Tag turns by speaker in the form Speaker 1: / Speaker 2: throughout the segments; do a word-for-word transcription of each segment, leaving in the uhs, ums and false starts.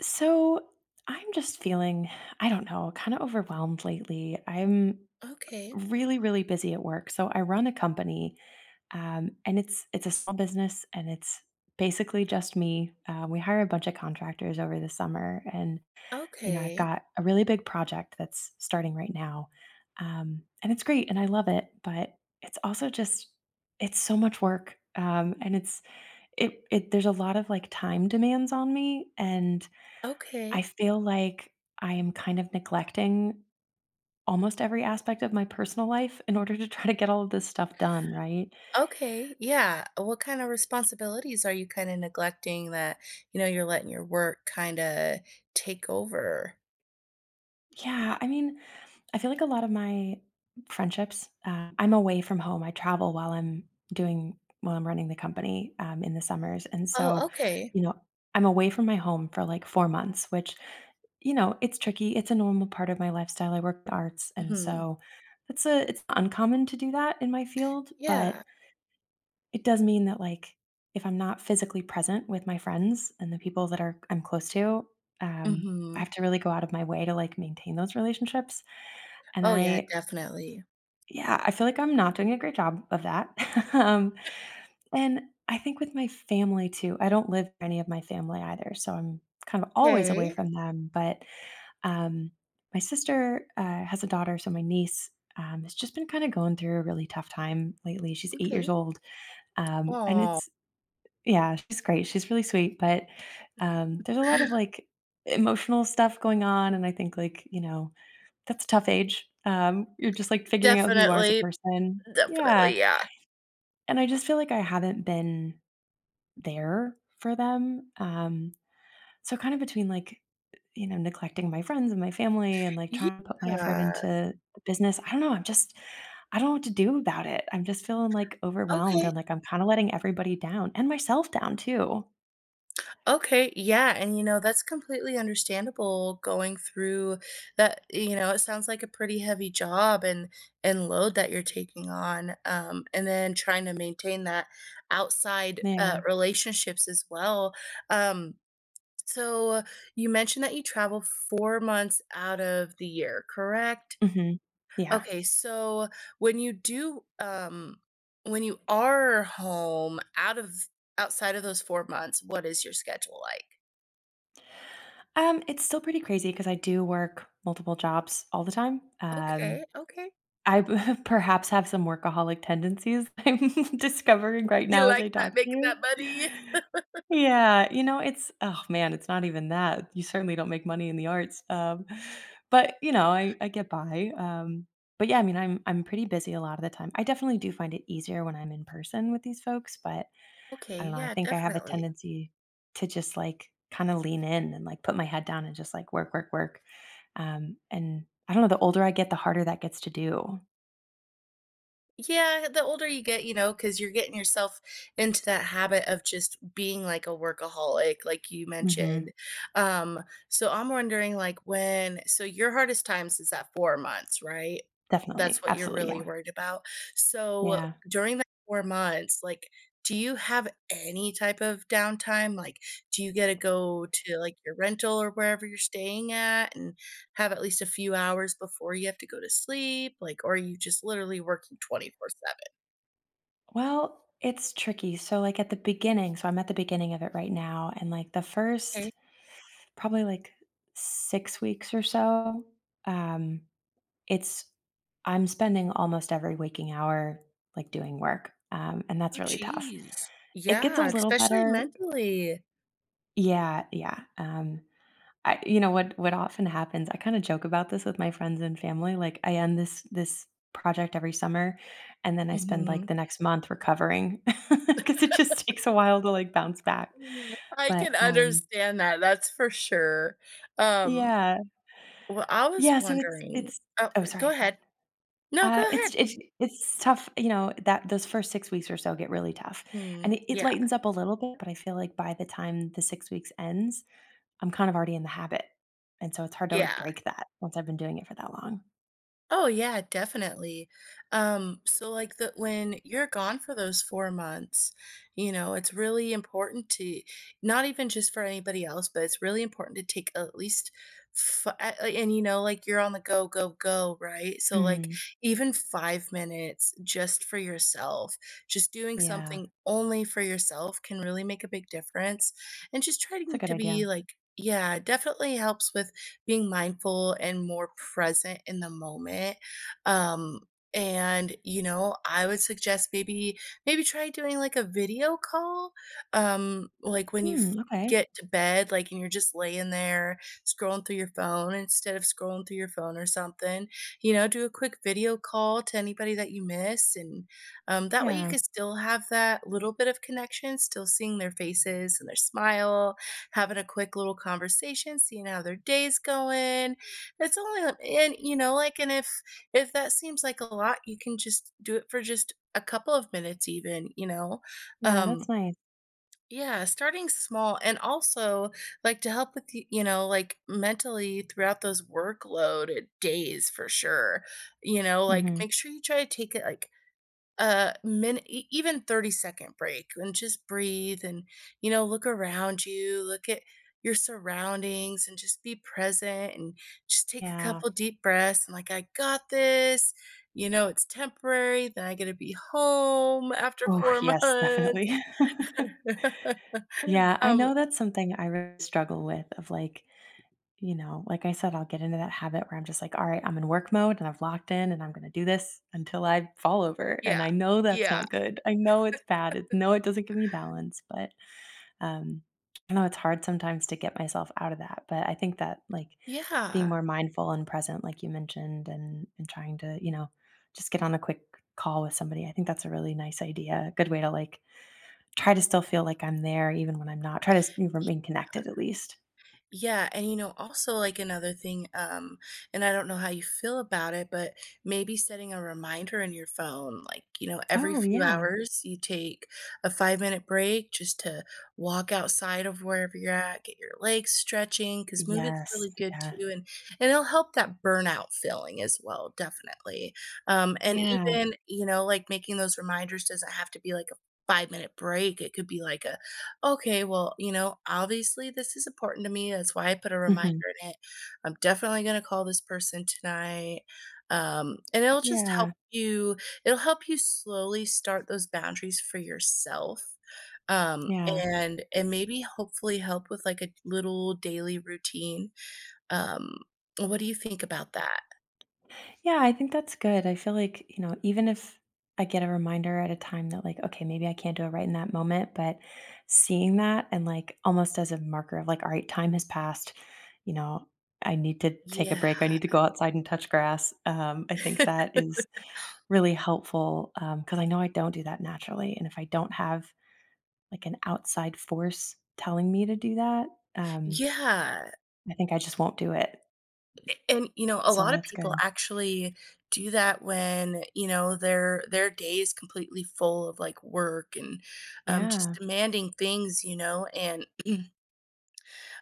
Speaker 1: So I'm just feeling, I don't know, kind of overwhelmed lately. I'm
Speaker 2: Okay,
Speaker 1: really, really busy at work. So I run a company, um, and it's it's a small business, and it's basically just me. Uh, we hire a bunch of contractors over the summer, and you know I've
Speaker 2: okay,
Speaker 1: got a really big project that's starting right now, um, and it's great, and I love it. But it's also just it's so much work, um, and it's it, it there's a lot of like time demands on me and I
Speaker 2: okay,
Speaker 1: feel like I am kind of neglecting almost every aspect of my personal life in order to try to get all of this stuff done, right?
Speaker 2: okay, yeah. What kind of responsibilities are you kinda neglecting that, you know, you're letting your work kinda take over?
Speaker 1: Yeah, I mean, I feel like a lot of my friendships, uh, I'm away from home. I travel while I'm doing while I'm running the company um, in the summers, and
Speaker 2: Oh,
Speaker 1: so,
Speaker 2: okay.
Speaker 1: you know, I'm away from my home for like four months, which you know, it's tricky. It's a normal part of my lifestyle. I work in arts, and
Speaker 2: Mhm.
Speaker 1: so it's a it's uncommon to do that in my field, but
Speaker 2: Yeah.
Speaker 1: it does mean that, like, if I'm not physically present with my friends and the people that are I'm close to, um, I
Speaker 2: Mhm.
Speaker 1: have to really go out of my way to, like, maintain those relationships, and
Speaker 2: Oh, yeah,
Speaker 1: I
Speaker 2: definitely.
Speaker 1: yeah, I feel like I'm not doing a great job of that. Um, and I think with my family too, I don't live with any of my family either, so I'm kind of always away from them, but, um, my sister, uh, has a daughter, so my niece, um, has just been kinda going through a really tough time lately. She's eight
Speaker 2: Okay.
Speaker 1: years
Speaker 2: Okay.
Speaker 1: old, um, and
Speaker 2: Oh.
Speaker 1: it's yeah, she's great. She's really sweet, but, um, there's a lot of, like, emotional stuff going on, and I think, like, you know, that's a tough age. Um, you're just, like, figuring out who you are as a
Speaker 2: Definitely,
Speaker 1: person. Yeah,
Speaker 2: definitely, yeah.
Speaker 1: and I just feel like I haven't been there for them. Um, so kind of between, like, you know, neglecting my friends and my family and, like, trying to put my effort
Speaker 2: Yeah.
Speaker 1: into the business, I don't know, I'm just I don't know what to do about it. I'm just feeling, like, overwhelmed
Speaker 2: Okay.
Speaker 1: and, like, I'm kinda letting everybody down and myself down too.
Speaker 2: Okay, yeah, and you know, that's completely understandable going through that, you know, it sounds like a pretty heavy job and and load that you're taking on, um, and then trying to maintain that outside uh,
Speaker 1: Yeah.
Speaker 2: relationships as well. Um, so you mentioned that you travel four months out of the year, correct?
Speaker 1: Mhm. Yeah.
Speaker 2: Okay, so when you do um when you are home out of outside of those four months, what is your schedule like?
Speaker 1: Um, it's still pretty crazy because I do work multiple jobs all the time. Um,
Speaker 2: Okay, okay.
Speaker 1: I perhaps have some workaholic tendencies I'm discovering right
Speaker 2: You
Speaker 1: now as
Speaker 2: like
Speaker 1: I
Speaker 2: that
Speaker 1: talk to
Speaker 2: making
Speaker 1: you.
Speaker 2: that money?
Speaker 1: Yeah, you know, it's oh man, it's not even that. You certainly don't make money in the arts. Um, but you know, I, I get by. Um, but yeah, I mean, I'm I'm pretty busy a lot of the time. I definitely do find it easier when I'm in person with these folks, but I
Speaker 2: Okay,
Speaker 1: don't know. I
Speaker 2: yeah,
Speaker 1: think I have a
Speaker 2: definitely.
Speaker 1: tendency to just like kind of lean in and like put my head down and just like work, work, work. Um, and I don't know. The older I get, the harder that gets to do.
Speaker 2: Yeah, the older you get, you know, because 'cause you're getting yourself into that habit of just being like a workaholic, like you
Speaker 1: Hmm.
Speaker 2: mentioned. Um, so I'm wondering like when so your hardest times is at four months, right?
Speaker 1: Definitely,
Speaker 2: That's what you're
Speaker 1: absolutely,
Speaker 2: really
Speaker 1: yeah,
Speaker 2: worried about. So
Speaker 1: yeah.
Speaker 2: during that four months, like, do you have any type of downtime? Like, do you get to go to like your rental or wherever you're staying at? And have at least a few hours before you have to go to sleep? Like, or are you just literally working twenty four seven?
Speaker 1: Well, it's tricky. So, like at the beginning, so I'm at the beginning of it right now, and like the first
Speaker 2: Okay.
Speaker 1: probably like six weeks or so, um, it's I'm spending almost every waking hour like doing work, um, and that's
Speaker 2: Oh,
Speaker 1: really tough.
Speaker 2: jeez.
Speaker 1: It gets a
Speaker 2: Yeah,
Speaker 1: little
Speaker 2: especially
Speaker 1: better.
Speaker 2: mentally.
Speaker 1: Yeah, yeah. Um, I you know, what what often happens, I kinda joke about this with my friends and family, like, I end this this project every summer, and then I spend, like,
Speaker 2: Mhm.
Speaker 1: the next month recovering because it just takes a while to, like, bounce back.
Speaker 2: Mm, I
Speaker 1: But,
Speaker 2: can
Speaker 1: um
Speaker 2: understand that, that's for sure. Um,
Speaker 1: yeah.
Speaker 2: well, I was
Speaker 1: Yeah, so it's
Speaker 2: wondering.
Speaker 1: it's
Speaker 2: Oh,
Speaker 1: Oh,
Speaker 2: go
Speaker 1: sorry, go
Speaker 2: ahead. No, go
Speaker 1: ahead. Uh,
Speaker 2: ahead.
Speaker 1: it's it's it's tough, you know, that those first six weeks or so get really tough, and
Speaker 2: Mm,
Speaker 1: it it
Speaker 2: yeah,
Speaker 1: lightens up a little bit, but I feel like by the time the six weeks ends, I'm kind of already in the habit, and so it's hard to,
Speaker 2: yeah.
Speaker 1: like, break that once I've been doing it for that long.
Speaker 2: Oh yeah, definitely. Um, so like the when you're gone for those four months, you know, it's really important to not even just for anybody else, but it's really important to take at least fi- and you know, like you're on the go, go, go, right? So like
Speaker 1: Mhm.
Speaker 2: even five minutes just for yourself, just doing
Speaker 1: Yeah.
Speaker 2: something only for yourself can really make a big difference. And just
Speaker 1: It's a
Speaker 2: trying
Speaker 1: good
Speaker 2: to
Speaker 1: idea.
Speaker 2: be like, yeah, it definitely helps with being mindful and more present in the moment. Um, and you know I would suggest maybe maybe try doing like a video call um like when you f-
Speaker 1: Mm, okay.
Speaker 2: get to bed like and you're just laying there scrolling through your phone, instead of scrolling through your phone or something, you know, do a quick video call to anybody that you miss. And um, that way you
Speaker 1: Yeah.
Speaker 2: can still have that little bit of connection, still seeing their faces and their smile, having a quick little conversation, seeing how their day's going. It's only and you know, like, and if if that seems like a lot, you can just do it for just a couple of minutes even, you know.
Speaker 1: Yeah,
Speaker 2: Um
Speaker 1: that's nice.
Speaker 2: yeah, starting small and also like to help with y- you know, like mentally throughout those workload days for sure. You know, like
Speaker 1: Mhm.
Speaker 2: make sure you try to take it like a minute, even thirty second break and just breathe and, you know, look around you, look at your surroundings and just be present and just take a
Speaker 1: Yeah.
Speaker 2: couple deep breaths and like, I got this. You know, it's temporary. Then I get to be home after
Speaker 1: Oh,
Speaker 2: four
Speaker 1: yes,
Speaker 2: months.
Speaker 1: definitely. Yeah, I
Speaker 2: Um,
Speaker 1: know that's something I really struggle with of like, you know, like I said, I'll get into that habit where I'm just like, all right, I'm in work mode and I've locked in and I'm going to do this until I fall over. And
Speaker 2: yeah.
Speaker 1: I know that's
Speaker 2: Yeah.
Speaker 1: not good. I know it's bad. It, no, it doesn't give me balance, but um, I know it's hard sometimes to get myself out of that. But I think that like being
Speaker 2: Yeah.
Speaker 1: more mindful and present, like you mentioned, and, and trying to, you know, just get on a quick call with somebody, I think that's a really nice idea. A Good way to like try to still feel like I'm there even when I'm not. Try to s remain connected at least.
Speaker 2: Yeah, and you know, also like another thing, um, and I don't know how you feel about it, but maybe setting a reminder in your phone, like, you know, every
Speaker 1: Oh,
Speaker 2: few
Speaker 1: yeah.
Speaker 2: hours you take a five minute break just to walk outside of wherever you're at, get your legs stretching, because movement's
Speaker 1: Yes.
Speaker 2: really good
Speaker 1: Yeah.
Speaker 2: too, and and it'll help that burnout feeling as well, definitely. Um, and
Speaker 1: Yeah.
Speaker 2: even, you know, like making those reminders doesn't have to be like a five minute break. It could be like a, okay, well, you know, obviously this is important to me. That's why I put a reminder
Speaker 1: Mhm.
Speaker 2: in it. I'm definitely gonna call this person tonight. Um, and it'll just help
Speaker 1: Yeah.
Speaker 2: you it'll help you slowly start those boundaries for yourself. Um,
Speaker 1: Yeah.
Speaker 2: and and maybe hopefully help with like a little daily routine. Um, what do you think about that?
Speaker 1: Yeah, I think that's good. I feel like, you know, even if I get a reminder at a time that like, okay, maybe I can't do it right in that moment, but seeing that and like almost as a marker of like, all right, time has passed, you know, I need to take a
Speaker 2: Yeah.
Speaker 1: break. I need to go outside and touch grass. Um, I think that is really helpful, because I know I don't do that naturally, and if I don't have like an outside force telling me to do that, um,
Speaker 2: Yeah.
Speaker 1: I think I just won't do it.
Speaker 2: And, you know, a
Speaker 1: So
Speaker 2: lot of
Speaker 1: that's
Speaker 2: people
Speaker 1: good.
Speaker 2: actually do that when, you know, their their day is completely full of, like, work and, um, just
Speaker 1: Yeah.
Speaker 2: demanding things, you know, and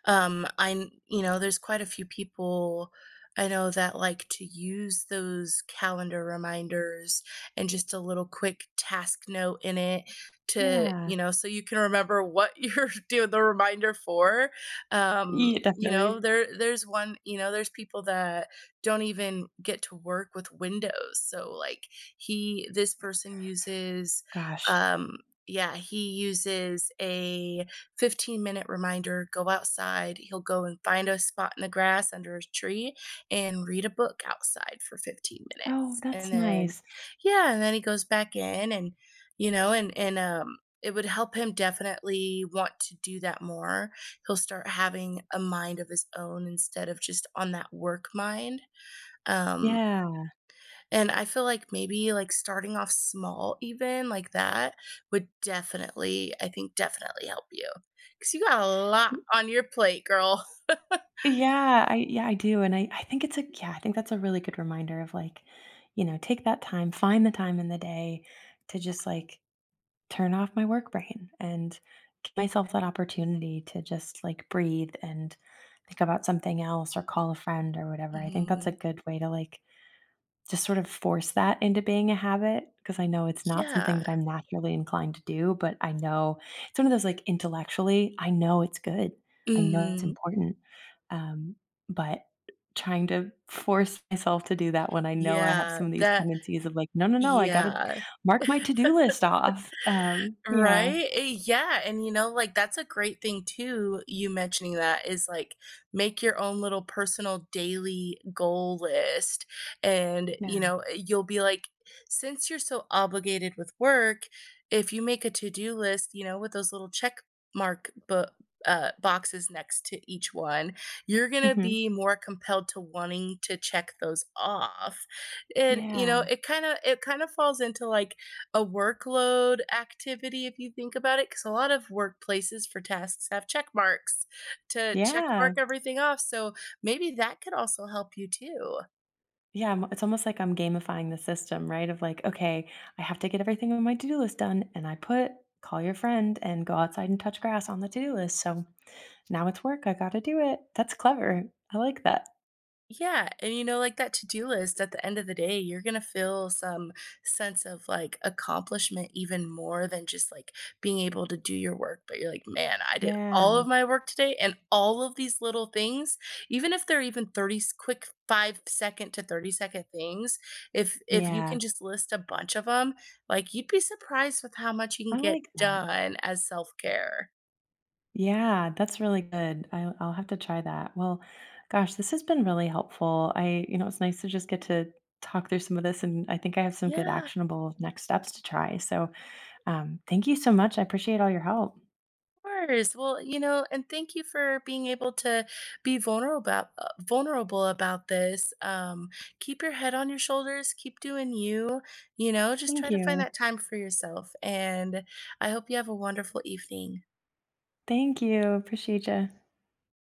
Speaker 2: um, I, kn- you know, there's quite a few people I know that like to use those calendar reminders and just a little quick task note in it to,
Speaker 1: Yeah.
Speaker 2: you know, so you can remember what you're doing the reminder for. Um,
Speaker 1: Yeah,
Speaker 2: you know,
Speaker 1: definitely.
Speaker 2: there there's one, you know, there's people that don't even get to work with Windows. So like he this person uses
Speaker 1: Gosh.
Speaker 2: um yeah, he uses a fifteen minute reminder, go outside. He'll go and find a spot in the grass under a tree and read a book outside for fifteen
Speaker 1: Oh,
Speaker 2: minutes. And
Speaker 1: that's
Speaker 2: then,
Speaker 1: nice.
Speaker 2: yeah, and then he goes back in and, you know, and, and, um, it would help him definitely want to do that more. He'll start having a mind of his own instead of just on that work mind. Um,
Speaker 1: Yeah.
Speaker 2: and I feel like maybe, like, starting off small even like that would definitely, I think, definitely help you because you got a lot
Speaker 1: Y
Speaker 2: on your plate, girl.
Speaker 1: yeah, I yeah, I do, and I I think it's a yeah, I think that's a really good reminder of, like, you know, take that time, find the time in the day to just, like, turn off my work brain and give myself that opportunity to just like breathe and think about something else or call a friend or whatever. I think that's a
Speaker 2: Mhm.
Speaker 1: good way to like just sort of force that into being a habit because I know it's not something
Speaker 2: Yeah.
Speaker 1: that I'm naturally inclined to do, but I know it's one of those, like, intellectually, I know it's good. I know it's
Speaker 2: Mhm.
Speaker 1: important, um, but trying to force myself to do that when I know I have
Speaker 2: Yeah.
Speaker 1: some of these
Speaker 2: That
Speaker 1: tendencies of, like, "No, no, no, I gotta
Speaker 2: yeah.
Speaker 1: mark my to-do list off." Um, yeah,
Speaker 2: Right? Eh, yeah, and, you know, like, that's a great thing too, you mentioning that, is like, make your own little personal daily goal list, and,
Speaker 1: yeah.
Speaker 2: you know, eh, you'll be like, since you're so obligated with work, if you make a to-do list, you know, with those little check mark bu uh, boxes next to each one, you're gonna
Speaker 1: Mhm.
Speaker 2: be more compelled to wanting to check those off, and, you know,
Speaker 1: Yeah.
Speaker 2: it kinda it kinda falls into, like, a workload activity if you think about it, because a lot of workplaces for tasks have check marks to check
Speaker 1: Yeah.
Speaker 2: mark everything off, so maybe that could also help you too.
Speaker 1: Yeah, I'm- it's almost like I'm gamifying the system, right? Of like, okay, I have to get everything on my to-do list done, and I put call your friend and go outside and touch grass on the to-do list. So now it's work. I got to do it. That's clever. I like that.
Speaker 2: Yeah, and you know, like that to-do list at the end of the day, you're gonna feel some sense of like accomplishment even more than just like being able to do your work. But you're like, man, I did all
Speaker 1: Yeah.
Speaker 2: of my work today and all of these little things, even if they're even thirty s- quick five second to thirty second things, if if you
Speaker 1: Yeah.
Speaker 2: can just list a bunch of them, like you'd be surprised with how much you can
Speaker 1: I
Speaker 2: get
Speaker 1: like that.
Speaker 2: done as self-care.
Speaker 1: Yeah, that's really good. I, I'll have to try that. Well, gosh, this has been really helpful. I, you know, it's nice to just get to talk through some of this, and I think I have some good
Speaker 2: Yeah.
Speaker 1: actionable next steps to try. So, um, thank you so much. I appreciate all your help.
Speaker 2: Course. Well, you know, and thank you for being able to be vulnerable about uh, vulnerable about this. Um, keep your head on your shoulders. Keep doing you. You know, just
Speaker 1: Thank
Speaker 2: try to find
Speaker 1: you.
Speaker 2: that time for yourself. And I hope you have a wonderful evening.
Speaker 1: Thank you. Appreciate you.